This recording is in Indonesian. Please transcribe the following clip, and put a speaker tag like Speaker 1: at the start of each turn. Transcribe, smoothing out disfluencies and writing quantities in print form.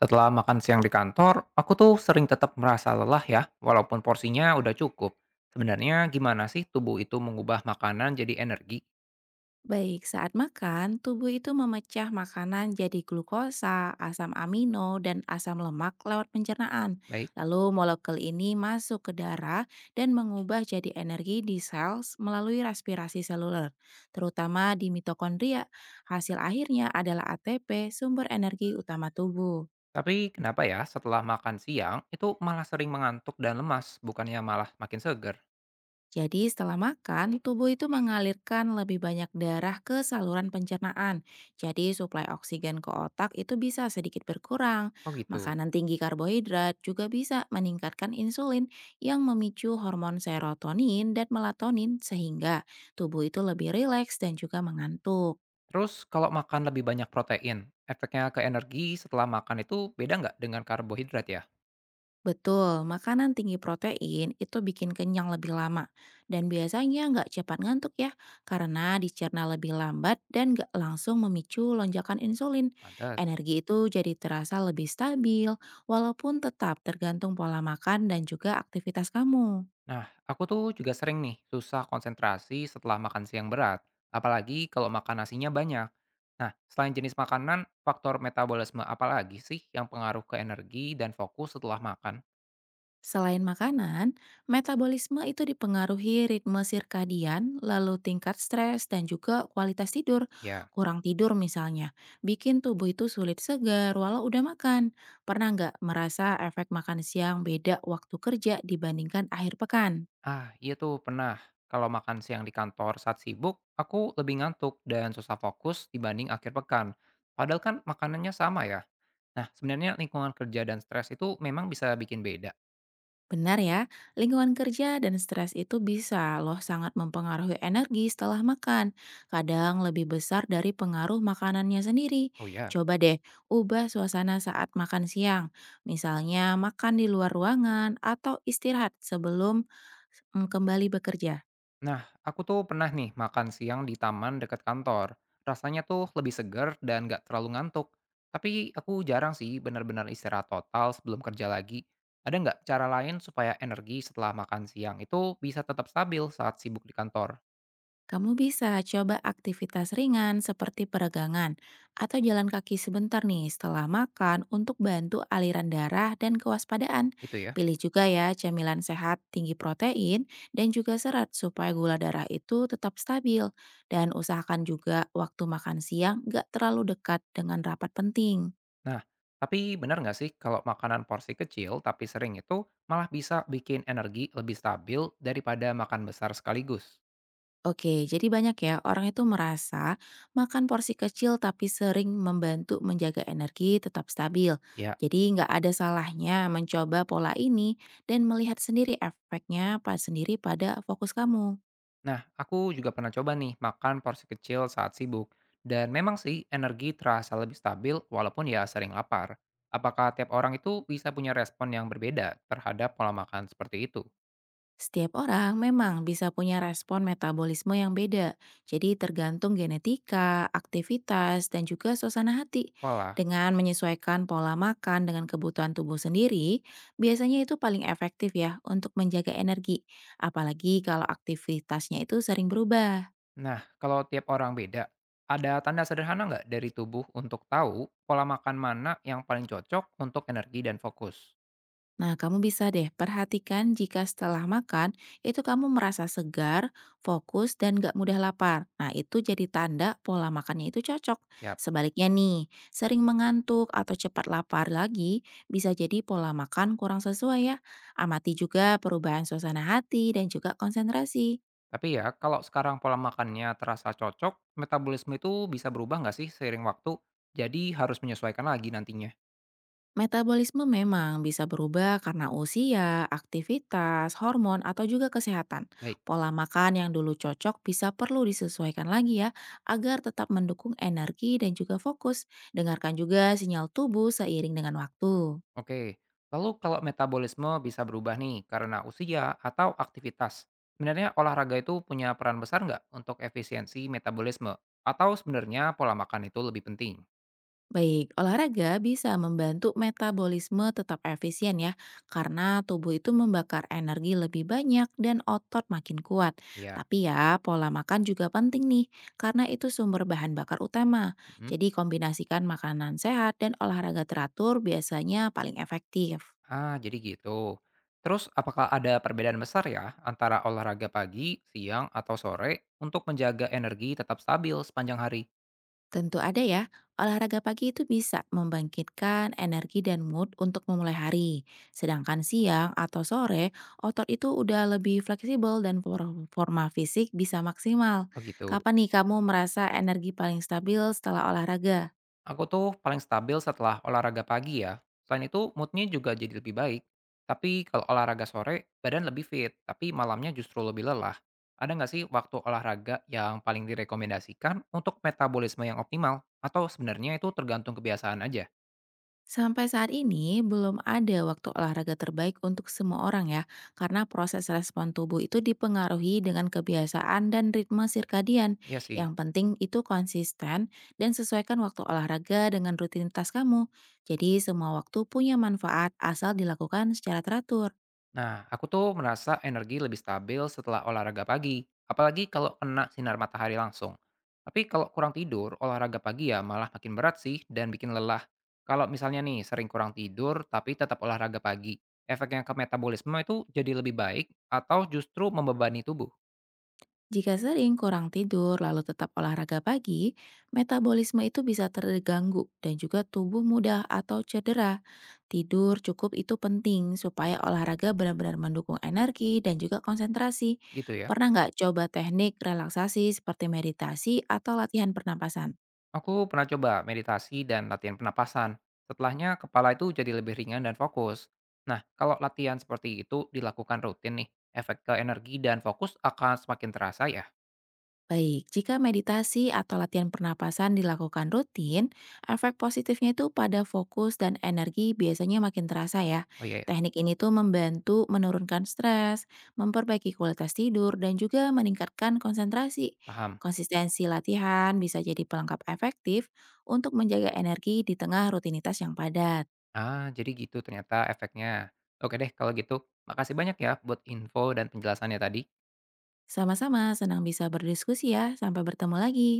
Speaker 1: Setelah makan siang di kantor, aku tuh sering tetap merasa lelah ya, walaupun porsinya udah cukup. Sebenarnya gimana sih tubuh itu mengubah makanan jadi energi?
Speaker 2: Baik, saat makan, tubuh itu memecah makanan jadi glukosa, asam amino, dan asam lemak lewat pencernaan.
Speaker 1: Baik.
Speaker 2: Lalu molekul ini masuk ke darah dan mengubah jadi energi di sel melalui respirasi seluler, terutama di mitokondria. Hasil akhirnya adalah ATP, sumber energi utama tubuh.
Speaker 1: Tapi kenapa ya setelah makan siang itu malah sering mengantuk dan lemas, bukannya malah makin seger?
Speaker 2: Jadi setelah makan, tubuh itu mengalirkan lebih banyak darah ke saluran pencernaan. Jadi suplai oksigen ke otak itu bisa sedikit berkurang.
Speaker 1: Oh gitu.
Speaker 2: Makanan tinggi karbohidrat juga bisa meningkatkan insulin yang memicu hormon serotonin dan melatonin sehingga tubuh itu lebih rileks dan juga mengantuk.
Speaker 1: Terus kalau makan lebih banyak protein, efeknya ke energi setelah makan itu beda nggak dengan karbohidrat ya?
Speaker 2: Betul, makanan tinggi protein itu bikin kenyang lebih lama dan biasanya nggak cepat ngantuk ya karena dicerna lebih lambat dan nggak langsung memicu lonjakan insulin.
Speaker 1: Pantas.
Speaker 2: Energi itu jadi terasa lebih stabil walaupun tetap tergantung pola makan dan juga aktivitas kamu.
Speaker 1: Nah, aku tuh juga sering nih susah konsentrasi setelah makan siang berat, apalagi kalau makan nasinya banyak. Nah, selain jenis makanan, faktor metabolisme apa lagi sih yang pengaruh ke energi dan fokus setelah makan?
Speaker 2: Selain makanan, metabolisme itu dipengaruhi ritme sirkadian, lalu tingkat stres dan juga kualitas tidur.
Speaker 1: Ya.
Speaker 2: Kurang tidur misalnya, bikin tubuh itu sulit segar walau udah makan. Pernah nggak merasa efek makan siang beda waktu kerja dibandingkan akhir pekan?
Speaker 1: Ah, iya tuh pernah. Kalau makan siang di kantor saat sibuk, aku lebih ngantuk dan susah fokus dibanding akhir pekan. Padahal kan makanannya sama ya. Nah, sebenarnya lingkungan kerja dan stres itu memang bisa bikin beda.
Speaker 2: Benar ya, lingkungan kerja dan stres itu bisa loh sangat mempengaruhi energi setelah makan, kadang lebih besar dari pengaruh makanannya sendiri.
Speaker 1: Oh ya.
Speaker 2: Coba deh, ubah suasana saat makan siang, misalnya makan di luar ruangan atau istirahat sebelum kembali bekerja.
Speaker 1: Nah, aku tuh pernah nih makan siang di taman dekat kantor. Rasanya tuh lebih segar dan nggak terlalu ngantuk. Tapi aku jarang sih benar-benar istirahat total sebelum kerja lagi. Ada nggak cara lain supaya energi setelah makan siang itu bisa tetap stabil saat sibuk di kantor?
Speaker 2: Kamu bisa coba aktivitas ringan seperti peregangan atau jalan kaki sebentar nih setelah makan untuk bantu aliran darah dan kewaspadaan.
Speaker 1: Gitu ya.
Speaker 2: Pilih juga ya camilan sehat tinggi protein dan juga serat supaya gula darah itu tetap stabil. Dan usahakan juga waktu makan siang nggak terlalu dekat dengan rapat penting.
Speaker 1: Nah, tapi benar nggak sih kalau makanan porsi kecil tapi sering itu malah bisa bikin energi lebih stabil daripada makan besar sekaligus?
Speaker 2: Oke, jadi banyak ya orang itu merasa makan porsi kecil tapi sering membantu menjaga energi tetap stabil.
Speaker 1: Ya.
Speaker 2: Jadi nggak ada salahnya mencoba pola ini dan melihat sendiri efeknya pas sendiri pada fokus kamu.
Speaker 1: Nah, aku juga pernah coba nih makan porsi kecil saat sibuk. Dan memang sih energi terasa lebih stabil walaupun ya sering lapar. Apakah tiap orang itu bisa punya respon yang berbeda terhadap pola makan seperti itu?
Speaker 2: Setiap orang memang bisa punya respon metabolisme yang beda, jadi tergantung genetika, aktivitas, dan juga suasana hati.
Speaker 1: Pola.
Speaker 2: Dengan menyesuaikan pola makan dengan kebutuhan tubuh sendiri, biasanya itu paling efektif ya untuk menjaga energi, apalagi kalau aktivitasnya itu sering berubah.
Speaker 1: Nah, kalau tiap orang beda, ada tanda sederhana nggak dari tubuh untuk tahu pola makan mana yang paling cocok untuk energi dan fokus?
Speaker 2: Nah, kamu bisa deh perhatikan jika setelah makan itu kamu merasa segar, fokus, dan gak mudah lapar. Nah, itu jadi tanda pola makannya itu cocok.
Speaker 1: Siap.
Speaker 2: Sebaliknya nih, sering mengantuk atau cepat lapar lagi bisa jadi pola makan kurang sesuai ya. Amati juga perubahan suasana hati dan juga konsentrasi.
Speaker 1: Tapi ya, kalau sekarang pola makannya terasa cocok, metabolisme itu bisa berubah nggak sih seiring waktu? Jadi harus menyesuaikan lagi nantinya.
Speaker 2: Metabolisme memang bisa berubah karena usia, aktivitas, hormon, atau juga kesehatan.
Speaker 1: Baik.
Speaker 2: Pola makan yang dulu cocok bisa perlu disesuaikan lagi ya, agar tetap mendukung energi dan juga fokus. Dengarkan juga sinyal tubuh seiring dengan waktu.
Speaker 1: Oke, lalu kalau metabolisme bisa berubah nih karena usia atau aktivitas, sebenarnya olahraga itu punya peran besar nggak untuk efisiensi metabolisme? Atau sebenarnya pola makan itu lebih penting?
Speaker 2: Baik, olahraga bisa membantu metabolisme tetap efisien ya, karena tubuh itu membakar energi lebih banyak dan otot makin kuat.
Speaker 1: Ya.
Speaker 2: Tapi ya, pola makan juga penting nih, karena itu sumber bahan bakar utama.
Speaker 1: Mhm.
Speaker 2: Jadi kombinasikan makanan sehat dan olahraga teratur biasanya paling efektif.
Speaker 1: Ah, jadi gitu. Terus apakah ada perbedaan besar ya antara olahraga pagi, siang, atau sore untuk menjaga energi tetap stabil sepanjang hari?
Speaker 2: Tentu ada ya, olahraga pagi itu bisa membangkitkan energi dan mood untuk memulai hari. Sedangkan siang atau sore, otot itu udah lebih fleksibel dan performa fisik bisa maksimal.
Speaker 1: Oh gitu.
Speaker 2: Kapan nih kamu merasa energi paling stabil setelah olahraga?
Speaker 1: Aku tuh paling stabil setelah olahraga pagi ya. Selain itu moodnya juga jadi lebih baik. Tapi kalau olahraga sore, badan lebih fit, tapi malamnya justru lebih lelah. Ada nggak sih waktu olahraga yang paling direkomendasikan untuk metabolisme yang optimal? Atau sebenarnya itu tergantung kebiasaan aja?
Speaker 2: Sampai saat ini belum ada waktu olahraga terbaik untuk semua orang ya, karena proses respon tubuh itu dipengaruhi dengan kebiasaan dan ritme sirkadian.
Speaker 1: Iya sih.
Speaker 2: Yang penting itu konsisten dan sesuaikan waktu olahraga dengan rutinitas kamu. Jadi semua waktu punya manfaat asal dilakukan secara teratur.
Speaker 1: Nah, aku tuh merasa energi lebih stabil setelah olahraga pagi, apalagi kalau kena sinar matahari langsung. Tapi kalau kurang tidur, olahraga pagi ya malah makin berat sih dan bikin lelah. Kalau misalnya nih sering kurang tidur tapi tetap olahraga pagi, efeknya ke metabolisme itu jadi lebih baik atau justru membebani tubuh
Speaker 2: Jika sering kurang tidur lalu tetap olahraga pagi, metabolisme itu bisa terganggu dan juga tubuh mudah atau cedera. Tidur cukup itu penting supaya olahraga benar-benar mendukung energi dan juga konsentrasi.
Speaker 1: gitu ya?
Speaker 2: Pernah nggak coba teknik relaksasi seperti meditasi atau latihan pernapasan?
Speaker 1: Aku pernah coba meditasi dan latihan pernapasan. Setelahnya, kepala itu jadi lebih ringan dan fokus. Nah, kalau latihan seperti itu dilakukan rutin nih, efek ke energi dan fokus akan semakin terasa ya?
Speaker 2: Baik, jika meditasi atau latihan pernapasan dilakukan rutin, efek positifnya itu pada fokus dan energi biasanya makin terasa ya.
Speaker 1: Oh iya, iya,
Speaker 2: Teknik ini tuh membantu menurunkan stres, memperbaiki kualitas tidur, dan juga meningkatkan konsentrasi.
Speaker 1: paham.
Speaker 2: Konsistensi latihan bisa jadi pelengkap efektif untuk menjaga energi di tengah rutinitas yang padat.
Speaker 1: Ah, jadi gitu ternyata efeknya. Oke deh, kalau gitu. Makasih banyak ya buat info dan penjelasannya tadi.
Speaker 2: Sama-sama, senang bisa berdiskusi ya. Sampai bertemu lagi.